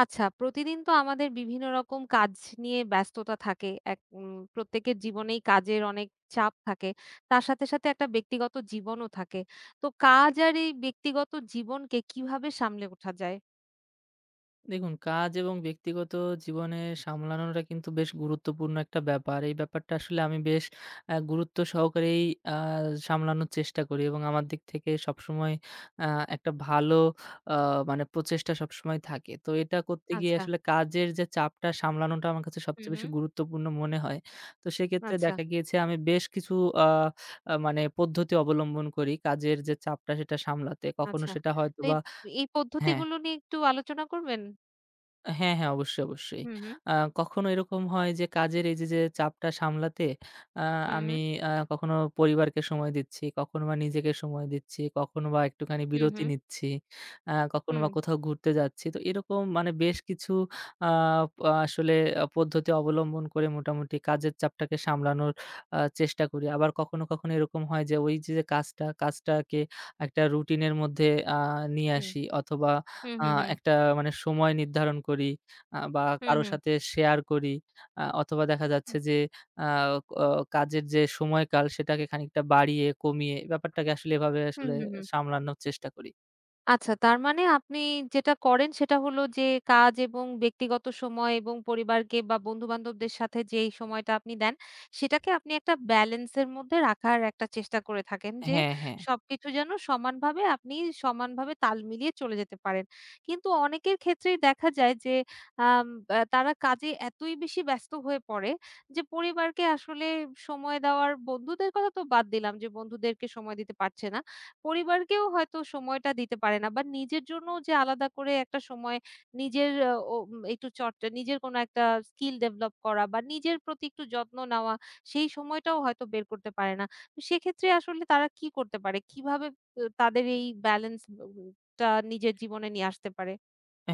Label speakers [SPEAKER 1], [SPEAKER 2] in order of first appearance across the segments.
[SPEAKER 1] আচ্ছা, প্রতিদিন তো আমাদের বিভিন্ন রকম কাজ নিয়ে ব্যস্ততা থাকে। এক উম প্রত্যেকের জীবনেই কাজের অনেক চাপ থাকে। তার সাথে, সাথে একটা ব্যক্তিগত জীবনও থাকে। তো কাজ আর এই ব্যক্তিগত জীবনকে কিভাবে সামলে ওঠা যায়?
[SPEAKER 2] দেখুন কাজ এবং ব্যক্তিগত জীবনে সামলানোটা কিন্তু বেশ গুরুত্বপূর্ণ একটা ব্যাপার। এই ব্যাপারটা আসলে আমি বেশ গুরুত্ব সহকারেই আ সামলানোর চেষ্টা করি এবং আমার দিক থেকে সবসময় আ একটা ভালো আ মানে প্রচেষ্টা সবসময় থাকে। তো এটা করতে গিয়ে
[SPEAKER 1] আচ্ছা।
[SPEAKER 2] আসলে কাজের যে চাপটা সামলানোটা আমার কাছে
[SPEAKER 1] হুম,
[SPEAKER 2] সবচেয়ে বেশি
[SPEAKER 1] হুম।
[SPEAKER 2] গুরুত্বপূর্ণ মনে হয়। তো সেক্ষেত্রে
[SPEAKER 1] আচ্ছা,
[SPEAKER 2] দেখা গিয়েছে আমি বেশ কিছু আ আ মানে পদ্ধতি অবলম্বন করি কাজের যে চাপটা সেটা সামলাতে। কখনো
[SPEAKER 1] আচ্ছা।
[SPEAKER 2] সেটা
[SPEAKER 1] তো এই
[SPEAKER 2] হয়তোবা
[SPEAKER 1] এই
[SPEAKER 2] হ্যাঁ।
[SPEAKER 1] পদ্ধতিগুলো নিয়ে একটু আলোচনা করবেন?
[SPEAKER 2] হ্যাঁ, হ্যাঁ, অবশ্যই, অবশ্যই।
[SPEAKER 1] হুম, হুম,
[SPEAKER 2] আ কখনো এরকম হয় যে কাজের এই যে চাপটা সামলাতে আ
[SPEAKER 1] হুম,
[SPEAKER 2] আমি
[SPEAKER 1] হুম,
[SPEAKER 2] কখনো পরিবারকে সময় দিচ্ছি, কখনো বা নিজেকে সময় দিচ্ছি, কখনো বা একটুখানি
[SPEAKER 1] হুম,
[SPEAKER 2] বিরতি
[SPEAKER 1] হুম,
[SPEAKER 2] নিচ্ছি, কখনো বা কোথাও ঘুরতে যাচ্ছি। তো এরকম মানে বেশ কিছু আ প আসলে আ পদ্ধতি অবলম্বন করে মোটামুটি কাজের চাপটাকে সামলানোর চেষ্টা করি। আবার কখনো, কখনো এরকম হয় যে ওই যে কাজটাকে একটা রুটিনের মধ্যে নিয়ে
[SPEAKER 1] হুম,
[SPEAKER 2] আসি অথবা
[SPEAKER 1] হুম, হুম,
[SPEAKER 2] আ
[SPEAKER 1] হুম, হুম,
[SPEAKER 2] একটা মানে সময় নির্ধারণ করি বা
[SPEAKER 1] হুম,
[SPEAKER 2] কারো
[SPEAKER 1] হুম, হুম,
[SPEAKER 2] সাথে শেয়ার করি। অথবা দেখা যাচ্ছে যে আ ক কাজের যে সময়কাল সেটাকে খানিকটা বাড়িয়ে কমিয়ে ব্যাপারটাকে আসলে এভাবে
[SPEAKER 1] হুম,
[SPEAKER 2] আসলে
[SPEAKER 1] হুম, হুম।
[SPEAKER 2] সামলানোর চেষ্টা করি।
[SPEAKER 1] আচ্ছা, তার মানে আপনি যেটা করেন সেটা হলো যে কাজ এবং ব্যক্তিগত সময় এবং পরিবারকে বা বন্ধু-বান্ধবদের সাথে যেই সময়টা আপনি দেন, সেটাকে আপনি একটা ব্যালেন্সের মধ্যে রাখার একটা চেষ্টা করে থাকেন যে
[SPEAKER 2] হ্যাঁ, হ্যাঁ।
[SPEAKER 1] সবকিছু যেন সমানভাবে আপনি সমানভাবে তাল মিলিয়ে চলে যেতে পারেন। কিন্তু অনেকের ক্ষেত্রেই দেখা যায় যে আম আ তারা কাজে এতই বেশি ব্যস্ত হয়ে পড়ে যে পরিবারকে আসলে সময় দেওয়ার বন্ধুদের কথা তো বাদ দিলাম যে বন্ধুদেরকে সময় দিতে পারছে না। পরিবারকেও হয়তো সময়টা দিতে পারে না বা নিজের জন্য যে আলাদা করে একটা সময় নিজের একটু চর্চা, নিজের কোনো একটা স্কিল ডেভেলপ করা বা নিজের প্রতি একটু যত্ন নেওয়া, সেই সময়টাও হয়তো বের করতে পারে না। তো সেক্ষেত্রে আসলে তারা কি করতে পারে? কিভাবে তাদের এই ব্যালেন্স টা নিজের জীবনে নিয়ে আসতে পারে?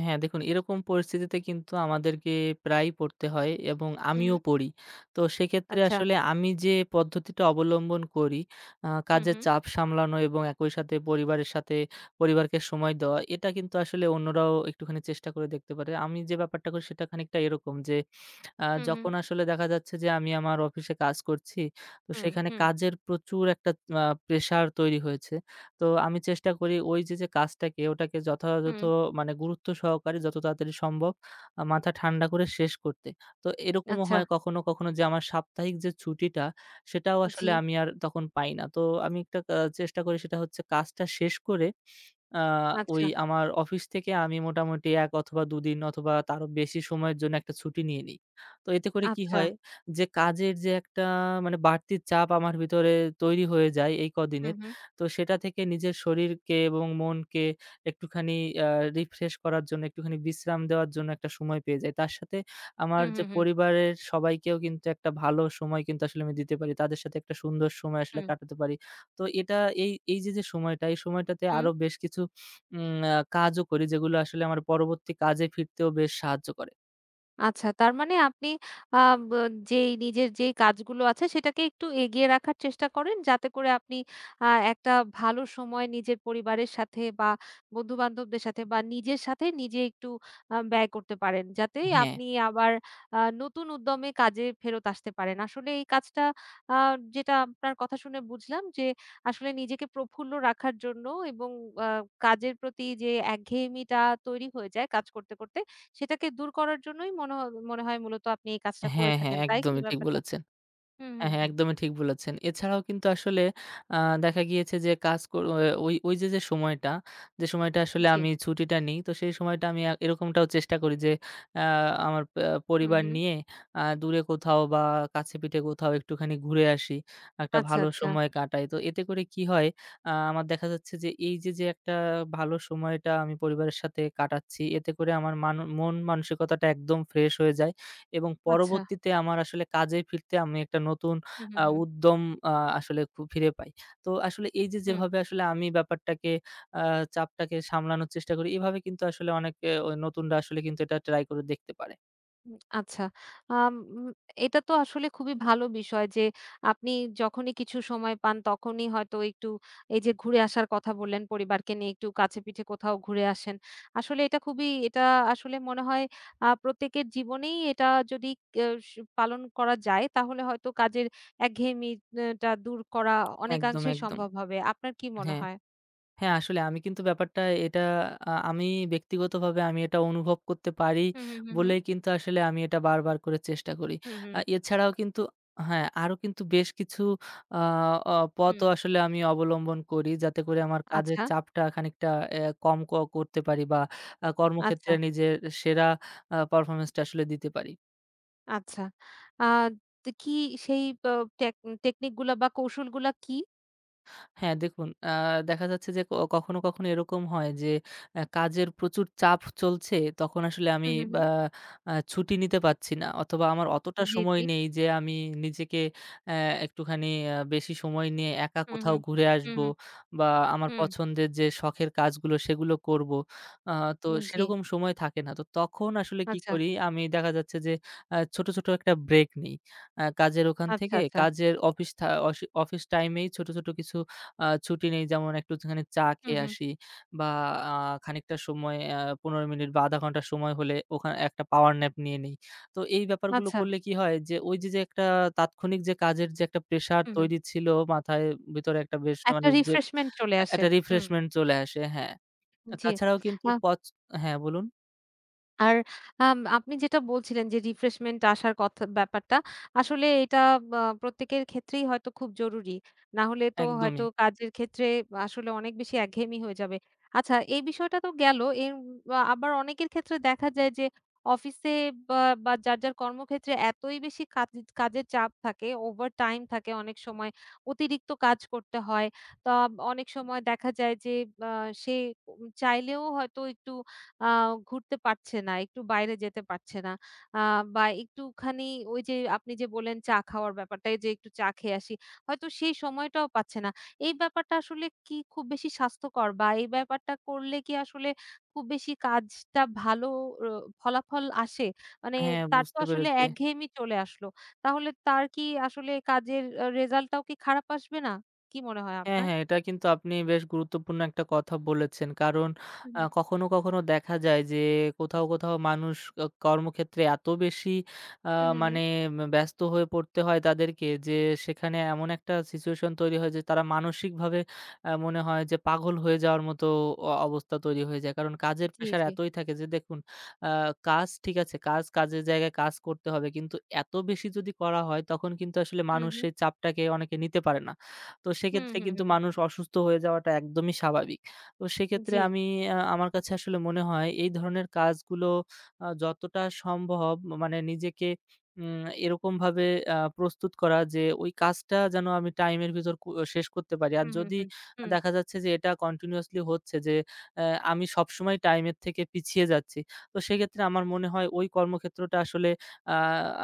[SPEAKER 2] হ্যাঁ, দেখুন এরকম পরিস্থিতিতে কিন্তু আমাদেরকে প্রায়ই পড়তে হয় এবং
[SPEAKER 1] হু, হু।
[SPEAKER 2] আমিও পড়ি। তো সেক্ষেত্রে
[SPEAKER 1] আচ্ছা।
[SPEAKER 2] আসলে আমি যে পদ্ধতিটা অবলম্বন করি
[SPEAKER 1] হু,
[SPEAKER 2] কাজের
[SPEAKER 1] হু।
[SPEAKER 2] চাপ সামলানো এবং একই সাথে পরিবারের সাথে পরিবারকে সময় দেওয়া এটা কিন্তু আসলে অন্যরাও একটুখানি চেষ্টা করে দেখতে পারে। আমি যে ব্যাপারটা করি সেটা খানিকটা এরকম যে
[SPEAKER 1] হু, হু।
[SPEAKER 2] যখন আসলে দেখা যাচ্ছে যে আমি আমার অফিসে কাজ করছি, তো
[SPEAKER 1] হুম,
[SPEAKER 2] সেখানে
[SPEAKER 1] হুম,
[SPEAKER 2] কাজের প্রচুর একটা প্রেশার তৈরি হয়েছে। তো আমি চেষ্টা করি ওই যে কাজটাকে ওটাকে যথাযথ
[SPEAKER 1] হুম।
[SPEAKER 2] মানে গুরুত্ব সহকারে যত তাড়াতাড়ি সম্ভব মাথা ঠান্ডা করে শেষ করতে। তো এরকমও
[SPEAKER 1] আচ্ছা,
[SPEAKER 2] হয় কখনো, কখনো যে আমার সাপ্তাহিক যে ছুটিটা সেটাও
[SPEAKER 1] জি।
[SPEAKER 2] আসলে আমি আর তখন পাই না। তো আমি একটা চেষ্টা করি সেটা হচ্ছে কাজটা শেষ করে আ ওই
[SPEAKER 1] আচ্ছা,
[SPEAKER 2] আমার অফিস থেকে আমি মোটামুটি ১ অথবা ২ দিন অথবা তারও বেশি সময়ের জন্য একটা ছুটি নিয়ে নিই। তো এতে করে কি
[SPEAKER 1] আচ্ছা।
[SPEAKER 2] হয় যে কাজের যে একটা মানে বাড়তি চাপ আমার ভিতরে তৈরি হয়ে যায় এই
[SPEAKER 1] হু,
[SPEAKER 2] কদিনের,
[SPEAKER 1] হু।
[SPEAKER 2] তো সেটা থেকে নিজের শরীরকে এবং মনকে একটুখানি আ রিফ্রেশ করার জন্য, একটুখানি বিশ্রাম দেওয়ার জন্য একটা সময় পেয়ে যাই। তার সাথে আমার
[SPEAKER 1] হু,
[SPEAKER 2] যে
[SPEAKER 1] হু, হু।
[SPEAKER 2] পরিবারের সবাইকেও কিন্তু একটা ভালো সময় কিন্তু আসলে আমি দিতে পারি। তাদের সাথে একটা সুন্দর সময় আসলে
[SPEAKER 1] হুম।
[SPEAKER 2] কাটাতে পারি। তো এটা এই এই যে সময়টা, এই সময়টাতে
[SPEAKER 1] হুম।
[SPEAKER 2] আরো বেশ কিছু উম আ কাজও করি যেগুলো আসলে আমার পরবর্তী কাজে ফিরতেও বেশ সাহায্য করে।
[SPEAKER 1] আচ্ছা, তার মানে আপনি আ ব যেই নিজের যেই কাজগুলো আছে সেটাকে একটু এগিয়ে রাখার চেষ্টা করেন যাতে করে আপনি একটা ভালো সময় নিজের পরিবারের সাথে বা বন্ধু-বান্ধবদের সাথে বা নিজের সাথে নিজে একটু ব্যয় করতে পারেন। যাতে
[SPEAKER 2] হ্যাঁ,
[SPEAKER 1] আপনি আবার নতুন উদ্যমে কাজে ফেরত আসতে পারেন। আসলে এই কাজটা আ যেটা আপনার কথা শুনে বুঝলাম যে আসলে নিজেকে প্রফুল্ল রাখার জন্য এবং আ কাজের প্রতি যে একঘেয়েমিটা তৈরি হয়ে যায় কাজ করতে, করতে সেটাকে দূর করার জন্যই মনে হয় মূলত আপনি এই কাজটা করে
[SPEAKER 2] হ্যাঁ, হ্যাঁ,
[SPEAKER 1] থাকেন, তাই কি
[SPEAKER 2] একদমই ঠিক
[SPEAKER 1] ব্যাপারটা?
[SPEAKER 2] বলেছেন।
[SPEAKER 1] হুম,
[SPEAKER 2] হ্যাঁ,
[SPEAKER 1] হুম,
[SPEAKER 2] হ্যাঁ,
[SPEAKER 1] হুম।
[SPEAKER 2] একদমই ঠিক বলেছেন। এছাড়াও কিন্তু আসলে আ দেখা গিয়েছে যে কাজ কর অ ওই ওই যে, যে, সময়টা, যে, সময়টা আসলে
[SPEAKER 1] জি।
[SPEAKER 2] আমি ছুটিটা নিই, তো সেই সময়টা আমি এরকমটাও চেষ্টা করি যে, আ আমার
[SPEAKER 1] হুম,
[SPEAKER 2] পরিবার
[SPEAKER 1] হুম।
[SPEAKER 2] নিয়ে দূরে কোথাও বা কাছে-পিঠে কোথাও একটুখানি ঘুরে আসি। একটা
[SPEAKER 1] আচ্ছা,
[SPEAKER 2] ভালো
[SPEAKER 1] আচ্ছা,
[SPEAKER 2] সময় কাটাই। তো এতে করে কি হয়, আমার দেখা যাচ্ছে যে, এই যে, একটা ভালো সময়টা আমি পরিবারের সাথে কাটাচ্ছি, এতে করে আমার মন মানসিকতাটা একদম ফ্রেশ হয়ে যায়। এবং
[SPEAKER 1] আচ্ছা।
[SPEAKER 2] পরবর্তীতে আমার আসলে কাজে ফিরতে আমি একটা নতুন
[SPEAKER 1] হুম, হুম, হুম,
[SPEAKER 2] উদ্যম আ আসলে ফিরে পাই। তো আসলে এই যে
[SPEAKER 1] হুম।
[SPEAKER 2] যেভাবে আসলে আমি ব্যাপারটাকে আ চাপটাকে সামলানোর চেষ্টা করি, এভাবে কিন্তু আসলে অনেকে ওই নতুনরা আসলে কিন্তু এটা ট্রাই করে দেখতে পারে।
[SPEAKER 1] আচ্ছা। আম উম এটা তো আসলে খুবই ভালো বিষয় যে আপনি যখনই কিছু সময় পান তখনই হয়তো একটু এই যে ঘুরে আসার কথা বললেন, পরিবারকে নিয়ে একটু কাছে পিঠে কোথাও ঘুরে আসেন। আসলে এটা খুবই এটা আসলে মনে হয় প্রত্যেকের জীবনেই এটা যদি কেউ পালন করা যায় তাহলে হয়তো কাজের একঘেয়েমি টা দূর করা
[SPEAKER 2] একদম,
[SPEAKER 1] অনেকাংশেই
[SPEAKER 2] একদম।
[SPEAKER 1] সম্ভব হবে। আপনার কি মনে
[SPEAKER 2] হ্যাঁ।
[SPEAKER 1] হয়?
[SPEAKER 2] হ্যাঁ, আসলে আমি কিন্তু ব্যাপারটা এটা আমি ব্যক্তিগতভাবে আমি এটা অনুভব করতে পারি
[SPEAKER 1] হুম, হুম, হুম, হুম।
[SPEAKER 2] বলেই কিন্তু আসলে আমি এটা বারবার করে চেষ্টা করি।
[SPEAKER 1] হুম, হুম,
[SPEAKER 2] এছাড়াও কিন্তু হ্যাঁ, আরো কিন্তু বেশ কিছু আ অ পথও
[SPEAKER 1] হুম।
[SPEAKER 2] আসলে আমি অবলম্বন করি যাতে করে আমার কাজের
[SPEAKER 1] আচ্ছা,
[SPEAKER 2] চাপটা খানিকটা কম করতে পারি বা কর্মক্ষেত্রে
[SPEAKER 1] আচ্ছা।
[SPEAKER 2] নিজের সেরা পারফরম্যান্সটা আসলে দিতে পারি।
[SPEAKER 1] আচ্ছা। আ তো কি সেই ব টেক টেকনিক গুলা বা কৌশলগুলা কি?
[SPEAKER 2] হ্যাঁ, দেখুন দেখা যাচ্ছে যে কখনো, কখনো এরকম হয় যে কাজের প্রচুর চাপ চলছে তখন আসলে
[SPEAKER 1] হু,
[SPEAKER 2] আমি
[SPEAKER 1] হু, হু।
[SPEAKER 2] বা ছুটি নিতে পারছি না অথবা আমার অতটা
[SPEAKER 1] জি,
[SPEAKER 2] সময়
[SPEAKER 1] জি।
[SPEAKER 2] নেই যে আমি নিজেকে অ্যা একটুখানি বেশি সময় নিয়ে একা
[SPEAKER 1] হু, হু।
[SPEAKER 2] কোথাও ঘুরে
[SPEAKER 1] হু,
[SPEAKER 2] আসবো
[SPEAKER 1] হু।
[SPEAKER 2] বা আমার
[SPEAKER 1] হুম।
[SPEAKER 2] পছন্দের যে শখের কাজগুলো সেগুলো করবো। আ তো
[SPEAKER 1] জি।
[SPEAKER 2] সেরকম সময় থাকে না। তো তখন আসলে কি
[SPEAKER 1] আচ্ছা,
[SPEAKER 2] করি আমি দেখা যাচ্ছে যে ছোট, ছোট একটা ব্রেক নিই। কাজের ওখান
[SPEAKER 1] আচ্ছা,
[SPEAKER 2] থেকে
[SPEAKER 1] আচ্ছা।
[SPEAKER 2] কাজের অফিস থা অসি অফিস টাইমেই ছোট, ছোট কিছু ছুটি নেই যেমন একটুখানি চা
[SPEAKER 1] হু,
[SPEAKER 2] খেয়ে
[SPEAKER 1] হু।
[SPEAKER 2] আসি বা আ খানিকটা সময় ১৫ মিনিট বা ০.৫ ঘন্টা সময় হলে ওখানে একটা পাওয়ার ন্যাপ নিয়ে নিই। তো এই ব্যাপারগুলো
[SPEAKER 1] আচ্ছা।
[SPEAKER 2] করলে কি হয় যে ওই যে একটা তাৎক্ষণিক যে কাজের যে একটা প্রেশার
[SPEAKER 1] হু, হু।
[SPEAKER 2] তৈরি ছিল মাথায় ভিতরে একটা বেশ
[SPEAKER 1] একটা
[SPEAKER 2] মানে যে
[SPEAKER 1] রিফ্রেশমেন্ট চলে আসে।
[SPEAKER 2] একটা
[SPEAKER 1] হুম।
[SPEAKER 2] রিফ্রেশমেন্ট চলে আসে। হ্যাঁ।
[SPEAKER 1] জি।
[SPEAKER 2] তাছাড়াও কিন্তু
[SPEAKER 1] আ
[SPEAKER 2] হ্যাঁ বলুন?
[SPEAKER 1] আর আপনি যেটা বলছিলেন যে রিফ্রেশমেন্ট আসার কথা ব্যাপারটা, আসলে এটা প্রত্যেকের ক্ষেত্রেই হয়তো খুব জরুরি। না হলে তো হয়তো
[SPEAKER 2] একদমই।
[SPEAKER 1] কাজের ক্ষেত্রে আসলে অনেক বেশি একঘেয়েমি হয়ে যাবে। আচ্ছা এই বিষয়টা তো গেল। এর আবার অনেকের ক্ষেত্রে দেখা যায় যে অফিসে বা, বা যার, যার কর্মক্ষেত্রে এতই বেশি কাজের চাপ থাকে, ওভারটাইম থাকে অনেক সময়, অতিরিক্ত কাজ করতে হয়। তা অনেক সময় দেখা যায় যে আ সে চাইলেও হয়তো একটু আ ঘুরতে পারছে না, একটু বাইরে যেতে পারছে না। আ বা একটুখানি ওই যে আপনি যে বললেন চা খাওয়ার ব্যাপারটা যে একটু চা খেয়ে আসি। হয়তো সেই সময়টাও পাচ্ছে না। এই ব্যাপারটা আসলে কি খুব বেশি স্বাস্থ্যকর বা এই ব্যাপারটা করলে কি আসলে খুব বেশি কাজটা ভালো অ ফলাফল আসে? মানে
[SPEAKER 2] হ্যাঁ
[SPEAKER 1] তার তো
[SPEAKER 2] বুঝতে
[SPEAKER 1] আসলে
[SPEAKER 2] পেরেছি।
[SPEAKER 1] একঘেয়েমি চলে আসলো। তাহলে তার কি আসলে কাজের রেজাল্টটাও কি খারাপ আসবে না? কি মনে হয়
[SPEAKER 2] হ্যাঁ,
[SPEAKER 1] আপনার?
[SPEAKER 2] হ্যাঁ, এটা কিন্তু আপনি বেশ গুরুত্বপূর্ণ একটা কথা বলেছেন। কারণ
[SPEAKER 1] হুম, হুম।
[SPEAKER 2] কখনো, কখনো দেখা যায় যে কোথাও, কোথাও মানুষ কর্মক্ষেত্রে এত বেশি আ
[SPEAKER 1] হুম, হুম, হুম।
[SPEAKER 2] মানে ব্যস্ত হয়ে পড়তে হয় তাদেরকে যে সেখানে এমন একটা সিচুয়েশন তৈরি হয় যে তারা মানসিকভাবে মনে হয় যে পাগল হয়ে যাওয়ার মতো অবস্থা তৈরি হয়ে যায়। কারণ কাজের
[SPEAKER 1] জি,
[SPEAKER 2] প্রেশার
[SPEAKER 1] জি।
[SPEAKER 2] এতই থাকে যে দেখুন আ কাজ ঠিক আছে, কাজ কাজের জায়গায় কাজ করতে হবে। কিন্তু এত বেশি যদি করা হয় তখন কিন্তু আসলে
[SPEAKER 1] হুম,
[SPEAKER 2] মানুষ
[SPEAKER 1] হুম।
[SPEAKER 2] সেই চাপটাকে অনেকে নিতে পারে না। তো
[SPEAKER 1] হুম,
[SPEAKER 2] সেক্ষেত্রে
[SPEAKER 1] হুম,
[SPEAKER 2] কিন্তু
[SPEAKER 1] হুম।
[SPEAKER 2] মানুষ অসুস্থ হয়ে যাওয়াটা একদমই স্বাভাবিক। তো সেক্ষেত্রে
[SPEAKER 1] জি।
[SPEAKER 2] আমি আমার কাছে আসলে মনে হয় এই ধরনের কাজগুলো যতটা সম্ভব মানে নিজেকে এরকমভাবে প্রস্তুত করা যে ওই কাজটা যেন আমি টাইমের ভিতর শেষ করতে পারি। আর
[SPEAKER 1] হুম, হুম,
[SPEAKER 2] যদি
[SPEAKER 1] হুম, হুম।
[SPEAKER 2] দেখা যাচ্ছে যে এটা কন্টিনিউয়াসলি হচ্ছে যে অ্যা আমি সবসময় টাইমের থেকে পিছিয়ে যাচ্ছি। তো সেক্ষেত্রে আমার মনে হয় ওই কর্মক্ষেত্রটা আসলে আ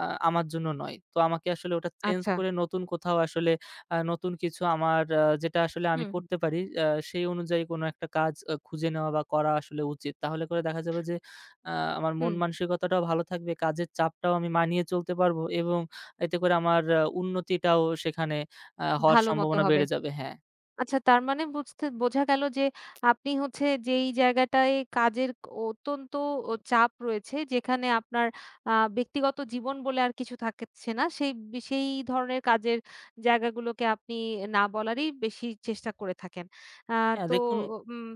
[SPEAKER 2] আ আমার জন্য নয়। তো আমাকে আসলে ওটা চেঞ্জ
[SPEAKER 1] আচ্ছা।
[SPEAKER 2] করে নতুন কোথাও আসলে নতুন কিছু আমার যেটা আসলে আমি
[SPEAKER 1] হুম, হুম,
[SPEAKER 2] করতে পারি সেই অনুযায়ী কোনো একটা কাজ খুঁজে নেওয়া বা করা আসলে উচিত। তাহলে করে দেখা যাবে যে আ আমার মন
[SPEAKER 1] হুম,
[SPEAKER 2] মানসিকতাটাও ভালো থাকবে, কাজের চাপটাও আমি মানিয়ে চলতে পারবো এবং এতে করে আমার উন্নতিটাও সেখানে হওয়ার
[SPEAKER 1] ভালো মতো
[SPEAKER 2] সম্ভাবনা
[SPEAKER 1] হবে।
[SPEAKER 2] বেড়ে যাবে। হ্যাঁ।
[SPEAKER 1] আচ্ছা তার মানে বুঝতে বোঝা গেল যে আপনি হচ্ছে যেই জায়গাটায় কাজের অত্যন্ত চাপ রয়েছে যেখানে আপনার ব্যক্তিগত জীবন বলে আর কিছু থাকছে না। সেই ধরনের কাজের জায়গাগুলোকে আপনি না বলারই বেশি চেষ্টা করে থাকেন। আ
[SPEAKER 2] হ্যাঁ,
[SPEAKER 1] তো
[SPEAKER 2] দেখুন
[SPEAKER 1] উম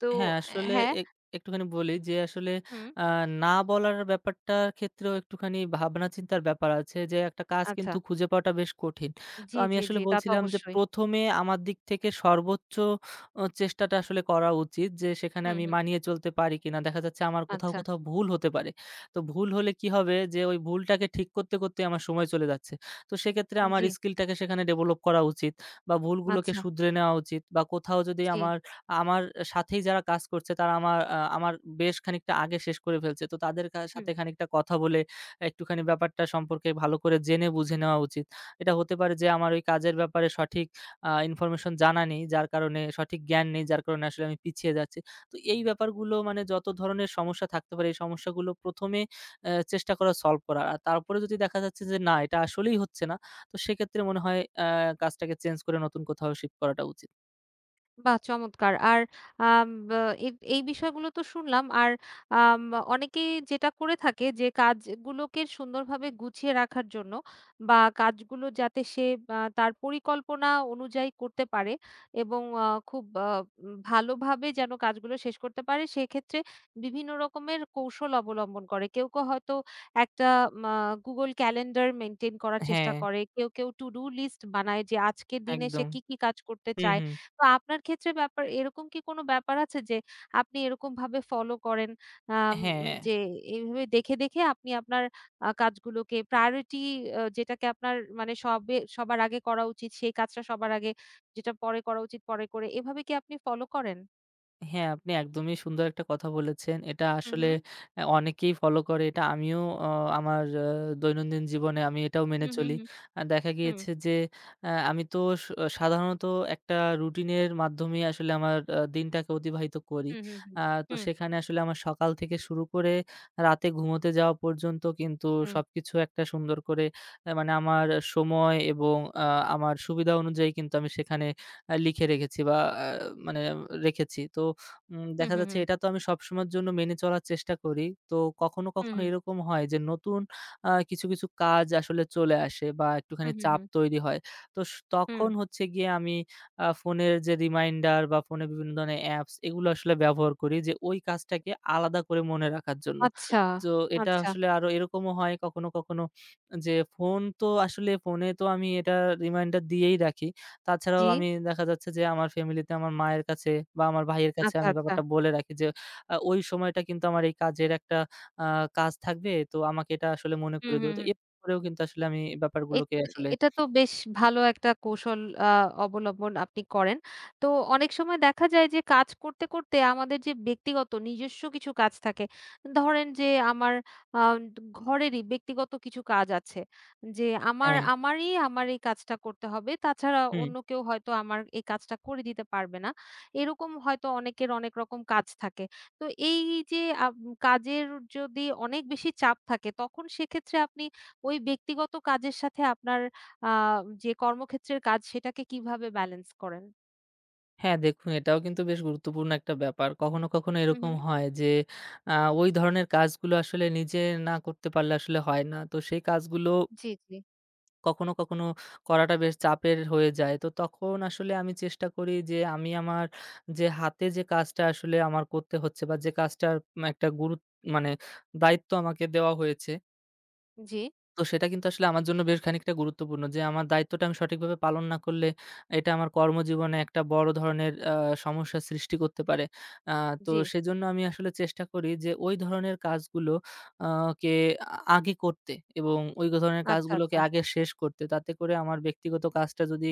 [SPEAKER 1] তো
[SPEAKER 2] হ্যাঁ, আসলে
[SPEAKER 1] হ্যাঁ,
[SPEAKER 2] এক একটুখানি বলি যে আসলে
[SPEAKER 1] হুম,
[SPEAKER 2] আ না বলার ব্যাপারটার ক্ষেত্রেও একটুখানি ভাবনা চিন্তার ব্যাপার আছে যে একটা কাজ
[SPEAKER 1] আচ্ছা।
[SPEAKER 2] কিন্তু খুঁজে পাওয়াটা বেশ কঠিন। তো
[SPEAKER 1] জি,
[SPEAKER 2] আমি
[SPEAKER 1] জি,
[SPEAKER 2] আসলে
[SPEAKER 1] জি, তা তো
[SPEAKER 2] বলছিলাম যে
[SPEAKER 1] অবশ্যই।
[SPEAKER 2] ১ম এ আমার দিক থেকে সর্বোচ্চ চেষ্টাটা আসলে করা উচিত যে সেখানে
[SPEAKER 1] হুম,
[SPEAKER 2] আমি
[SPEAKER 1] হুম,
[SPEAKER 2] মানিয়ে চলতে পারি কিনা। দেখা যাচ্ছে আমার কোথাও,
[SPEAKER 1] আচ্ছা,
[SPEAKER 2] কোথাও ভুল হতে পারে। তো ভুল হলে কি হবে যে ওই ভুলটাকে ঠিক করতে, করতে আমার সময় চলে যাচ্ছে। তো সেক্ষেত্রে আমার
[SPEAKER 1] জি,
[SPEAKER 2] স্কিলটাকে সেখানে ডেভেলপ করা উচিত বা ভুলগুলোকে
[SPEAKER 1] আচ্ছা,
[SPEAKER 2] শুধরে নেওয়া উচিত বা কোথাও যদি
[SPEAKER 1] জি,
[SPEAKER 2] আমার আমার সাথেই যারা কাজ করছে তারা আমার আ আমার বেশ খানিকটা আগে শেষ করে ফেলছে। তো তাদের
[SPEAKER 1] হুম।
[SPEAKER 2] সাথে খানিকটা কথা বলে একটুখানি ব্যাপারটা সম্পর্কে ভালো করে জেনে বুঝে নেওয়া উচিত। এটা হতে পারে যে আমার ওই কাজের ব্যাপারে সঠিক ইনফরমেশন জানা নেই, যার কারণে সঠিক জ্ঞান নেই, যার কারণে আসলে আমি পিছিয়ে যাচ্ছি। তো এই ব্যাপারগুলো মানে যত ধরনের সমস্যা থাকতে পারে এই সমস্যাগুলো ১ম এ চেষ্টা করা সলভ করার। আর তারপরে যদি দেখা যাচ্ছে যে না এটা আসলেই হচ্ছে না, তো সেক্ষেত্রে মনে হয় কাজটাকে চেঞ্জ করে নতুন কোথাও শিফট করাটা উচিত।
[SPEAKER 1] বাহ! চমৎকার। আর আম বা এই এই বিষয়গুলো তো শুনলাম। আর আম অনেকেই যেটা করে থাকে যে কাজগুলোকে সুন্দরভাবে গুছিয়ে রাখার জন্য বা কাজগুলো যাতে সে তার পরিকল্পনা অনুযায়ী করতে পারে এবং খুব আ উম ভালোভাবে যেন কাজগুলো শেষ করতে পারে সেক্ষেত্রে বিভিন্ন রকমের কৌশল অবলম্বন করে। কেউ, কেউ হয়তো একটা মা Google Calendar মেইনটেইন করার
[SPEAKER 2] হ্যাঁ,
[SPEAKER 1] চেষ্টা করে। কেউ, কেউ To Do List বানায় যে আজকের দিনে সে
[SPEAKER 2] একদম।
[SPEAKER 1] কি, কি কাজ করতে
[SPEAKER 2] হুম,
[SPEAKER 1] চায়।
[SPEAKER 2] হুম।
[SPEAKER 1] তো আপনার ক্ষেত্রে ব্যাপার এরকম কি কোনো ব্যাপার আছে যে আপনি এরকমভাবে ফলো করেন,
[SPEAKER 2] হ্যাঁ,
[SPEAKER 1] যে এইভাবে দেখে, দেখে আপনি আপনার কাজগুলোকে প্রায়োরিটি যেটাকে আপনার মানে সবার আগে করা উচিত সেই কাজটা সবার আগে, যেটা পরে করা উচিত পরে করে এভাবে কি আপনি ফলো করেন?
[SPEAKER 2] হ্যাঁ, আপনি একদমই সুন্দর একটা কথা বলেছেন। এটা
[SPEAKER 1] হু,
[SPEAKER 2] আসলে
[SPEAKER 1] হু,
[SPEAKER 2] অনেকেই ফলো করে। এটা আমিও অ আমার দৈনন্দিন জীবনে আমি এটাও
[SPEAKER 1] হু,
[SPEAKER 2] মেনে
[SPEAKER 1] হু,
[SPEAKER 2] চলি।
[SPEAKER 1] হু,
[SPEAKER 2] দেখা
[SPEAKER 1] হুম,
[SPEAKER 2] গিয়েছে যে আমি তো স সাধারণত একটা রুটিনের মাধ্যমেই আসলে আমার দিনটাকে অতিবাহিত করি।
[SPEAKER 1] হু, হু, হু,
[SPEAKER 2] আ তো
[SPEAKER 1] হুম,
[SPEAKER 2] সেখানে আসলে আমার সকাল থেকে শুরু করে রাতে ঘুমোতে যাওয়া পর্যন্ত কিন্তু
[SPEAKER 1] হুম,
[SPEAKER 2] সবকিছু একটা সুন্দর করে মানে আমার সময় এবং আ আমার সুবিধা অনুযায়ী কিন্তু আমি সেখানে লিখে রেখেছি বা আ মানে রেখেছি। তো
[SPEAKER 1] হু,
[SPEAKER 2] দেখা
[SPEAKER 1] হু,
[SPEAKER 2] যাচ্ছে
[SPEAKER 1] হু,
[SPEAKER 2] এটা তো আমি সবসময়ের জন্য মেনে চলার চেষ্টা করি। তো কখনো,
[SPEAKER 1] হু,
[SPEAKER 2] কখনো
[SPEAKER 1] হু,
[SPEAKER 2] এরকম হয় যে নতুন কিছু, কিছু কাজ আসলে চলে আসে বা
[SPEAKER 1] হু,
[SPEAKER 2] একটুখানি
[SPEAKER 1] হু,
[SPEAKER 2] চাপ
[SPEAKER 1] হু,
[SPEAKER 2] তৈরি হয়। তো
[SPEAKER 1] হুম,
[SPEAKER 2] তখন হচ্ছে গিয়ে আমি ফোনের যে রিমাইন্ডার বা ফোনে বিভিন্ন ধরনের অ্যাপস এগুলো আসলে ব্যবহার করি যে ওই কাজটাকে আলাদা করে মনে রাখার জন্য।
[SPEAKER 1] আচ্ছা,
[SPEAKER 2] তো এটা
[SPEAKER 1] আচ্ছা,
[SPEAKER 2] আসলে আরো এরকমও হয় কখনো, কখনো যে ফোন তো আসলে ফোনে তো আমি এটা রিমাইন্ডার দিয়েই রাখি। তাছাড়াও
[SPEAKER 1] জি,
[SPEAKER 2] আমি দেখা যাচ্ছে যে আমার ফ্যামিলিতে আমার মায়ের কাছে বা আমার ভাইয়ের কাছে
[SPEAKER 1] আচ্ছা,
[SPEAKER 2] আমি
[SPEAKER 1] আচ্ছা,
[SPEAKER 2] ব্যাপারটা বলে রাখি যে, ওই সময়টা কিন্তু আমার এই কাজের একটা আ কাজ থাকবে। তো আমাকে এটা আসলে মনে
[SPEAKER 1] হু,
[SPEAKER 2] করিয়ে
[SPEAKER 1] হু,
[SPEAKER 2] দিও। তো
[SPEAKER 1] হু।
[SPEAKER 2] এভাবে করেও কিন্তু আসলে আমি এই
[SPEAKER 1] এট
[SPEAKER 2] ব্যাপারগুলোকে আসলে
[SPEAKER 1] এটা তো বেশ ভালো একটা কৌশল আ অবলম্বন আপনি করেন। তো অনেক সময় দেখা যায় যে কাজ করতে, করতে আমাদের যে ব্যক্তিগত নিজস্ব কিছু কাজ থাকে, ধরেন যে আমার আ ঘরেরই ব্যক্তিগত কিছু কাজ আছে। যে আমার
[SPEAKER 2] হ্যাঁ,
[SPEAKER 1] আমারই আমার এই কাজটা করতে হবে। তাছাড়া
[SPEAKER 2] হুম।
[SPEAKER 1] অন্য কেউ হয়তো আমার এই কাজটা করে দিতে পারবে না। এরকম হয়তো অনেকের অনেক রকম কাজ থাকে। তো এই যে আপ কাজের যদি অনেক বেশি চাপ থাকে তখন সেক্ষেত্রে আপনি ওই ব্যক্তিগত কাজের সাথে আপনার আ যে কর্মক্ষেত্রের কাজ সেটাকে কিভাবে ব্যালেন্স করেন?
[SPEAKER 2] হ্যাঁ, দেখুন এটাও কিন্তু বেশ গুরুত্বপূর্ণ একটা ব্যাপার। কখনো, কখনো
[SPEAKER 1] হু,
[SPEAKER 2] এরকম
[SPEAKER 1] হু।
[SPEAKER 2] হয় যে আ ওই ধরনের কাজগুলো আসলে নিজে না করতে পারলে আসলে হয় না। তো সেই কাজগুলো
[SPEAKER 1] জি, জি।
[SPEAKER 2] কখনো, কখনো করাটা বেশ চাপের হয়ে যায়। তো তখন আসলে আমি চেষ্টা করি যে আমি আমার যে হাতে যে কাজটা আসলে আমার করতে হচ্ছে বা যে কাজটার একটা মানে দায়িত্ব আমাকে দেওয়া হয়েছে
[SPEAKER 1] জি,
[SPEAKER 2] তো সেটা কিন্তু আসলে আমার জন্য বেশ খানিকটা গুরুত্বপূর্ণ যে আমার দায়িত্বটা আমি সঠিকভাবে পালন না করলে এটা আমার কর্মজীবনে একটা বড় ধরনের সমস্যার সৃষ্টি করতে পারে। তো
[SPEAKER 1] জি।
[SPEAKER 2] সেজন্য আমি আসলে চেষ্টা করি যে ওই ধরনের কাজগুলো আহ, কে আগে করতে এবং ওই ধরনের
[SPEAKER 1] আচ্ছা,
[SPEAKER 2] কাজগুলোকে
[SPEAKER 1] আচ্ছা।
[SPEAKER 2] আগে শেষ করতে তাতে করে আমার ব্যক্তিগত কাজটা যদি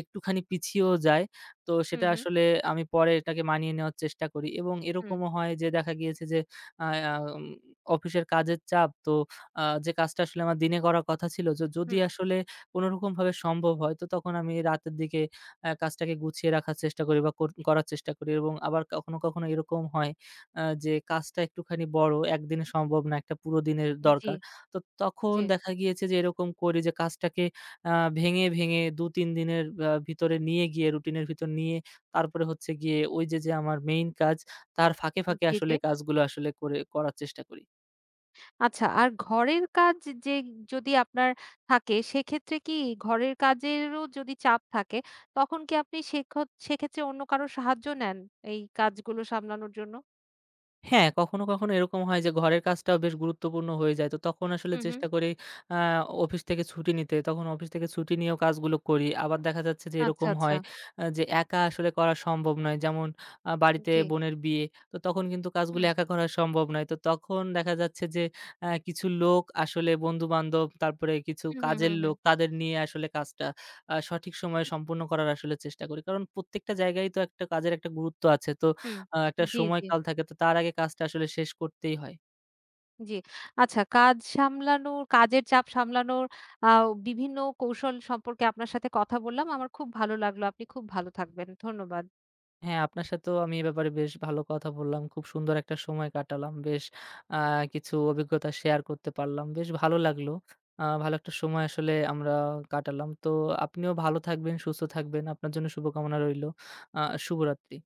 [SPEAKER 2] একটুখানি পিছিয়েও যায় তো
[SPEAKER 1] হুম,
[SPEAKER 2] সেটা
[SPEAKER 1] হুম,
[SPEAKER 2] আসলে আমি পরে এটাকে মানিয়ে নেওয়ার চেষ্টা করি এবং
[SPEAKER 1] হুম,
[SPEAKER 2] এরকমও হয় যে দেখা গিয়েছে যে আহ, উম, অফিসের কাজের চাপ তো যে কাজটা আসলে আমার দিনে করার কথা ছিল। যদি
[SPEAKER 1] হুম।
[SPEAKER 2] আসলে কোনরকমভাবে সম্ভব হয় তো তখন আমি রাতের দিকে কাজটাকে গুছিয়ে রাখার চেষ্টা করি বা করার চেষ্টা করি এবং আবার কখনো, কখনো এরকম হয় যে কাজটা একটুখানি বড়, একদিনে সম্ভব না, একটা পুরো দিনের
[SPEAKER 1] জি,
[SPEAKER 2] দরকার। তো তখন
[SPEAKER 1] জি,
[SPEAKER 2] দেখা গিয়েছে যে এরকম করি যে কাজটাকে আ ভেঙে, ভেঙে ২-৩ দিনের ভিতরে নিয়ে গিয়ে রুটিনের ভিতর নিয়ে তারপরে হচ্ছে গিয়ে ওই যে আমার মেইন কাজ তার ফাঁকে, ফাঁকে
[SPEAKER 1] জি, জি।
[SPEAKER 2] আসলে কাজগুলো আসলে করে করার চেষ্টা করি।
[SPEAKER 1] আচ্ছা আর ঘরের কাজ যে যদি আপনার থাকে সেক্ষেত্রে কি ঘরের কাজেরও যদি চাপ থাকে তখন কি আপনি সেক্ষেত্রে অন্য কারো সাহায্য নেন এই কাজগুলো সামলানোর জন্য?
[SPEAKER 2] হ্যাঁ, কখনো, কখনো এরকম হয় যে ঘরের কাজটাও বেশ গুরুত্বপূর্ণ হয়ে যায়। তো তখন আসলে
[SPEAKER 1] হুম, হুম।
[SPEAKER 2] চেষ্টা করি আ অফিস থেকে ছুটি নিতে। তখন অফিস থেকে ছুটি নিয়েও কাজগুলো করি। আবার দেখা যাচ্ছে যে
[SPEAKER 1] আচ্ছা,
[SPEAKER 2] এরকম
[SPEAKER 1] আচ্ছা।
[SPEAKER 2] হয় যে একা আসলে করা সম্ভব নয়। যেমন বাড়িতে
[SPEAKER 1] জি।
[SPEAKER 2] বোনের বিয়ে। তো তখন কিন্তু কাজগুলো
[SPEAKER 1] হুম,
[SPEAKER 2] একা করা সম্ভব নয়। তো তখন দেখা যাচ্ছে যে কিছু লোক আসলে বন্ধু-বান্ধব, তারপরে কিছু
[SPEAKER 1] হুম, হুম,
[SPEAKER 2] কাজের
[SPEAKER 1] হুম,
[SPEAKER 2] লোক
[SPEAKER 1] হুম।
[SPEAKER 2] তাদের নিয়ে আসলে কাজটা সঠিক সময়ে সম্পূর্ণ করার আসলে চেষ্টা করি। কারণ প্রত্যেকটা জায়গায়ই তো একটা কাজের একটা গুরুত্ব আছে। তো
[SPEAKER 1] হুম।
[SPEAKER 2] একটা
[SPEAKER 1] জি, জি।
[SPEAKER 2] সময়কাল থাকে। তো তার আগে কাজটা আসলে শেষ করতেই হয়।
[SPEAKER 1] জি। আচ্ছা কাজের চাপ সামলানোর আ বিভিন্ন কৌশল সম্পর্কে আপনার সাথে কথা বললাম। আমার খুব ভালো লাগলো। আপনি খুব ভালো থাকবেন। ধন্যবাদ।
[SPEAKER 2] হ্যাঁ, আপনার সাথেও আমি এ ব্যাপারে বেশ ভালো কথা বললাম। খুব সুন্দর একটা সময় কাটালাম। বেশ আ কিছু অভিজ্ঞতা শেয়ার করতে পারলাম। বেশ ভালো লাগলো। ভালো একটা সময় আসলে আমরা কাটালাম। তো আপনিও ভালো থাকবেন, সুস্থ থাকবেন। আপনার জন্য শুভকামনা রইলো। আ শুভরাত্রি।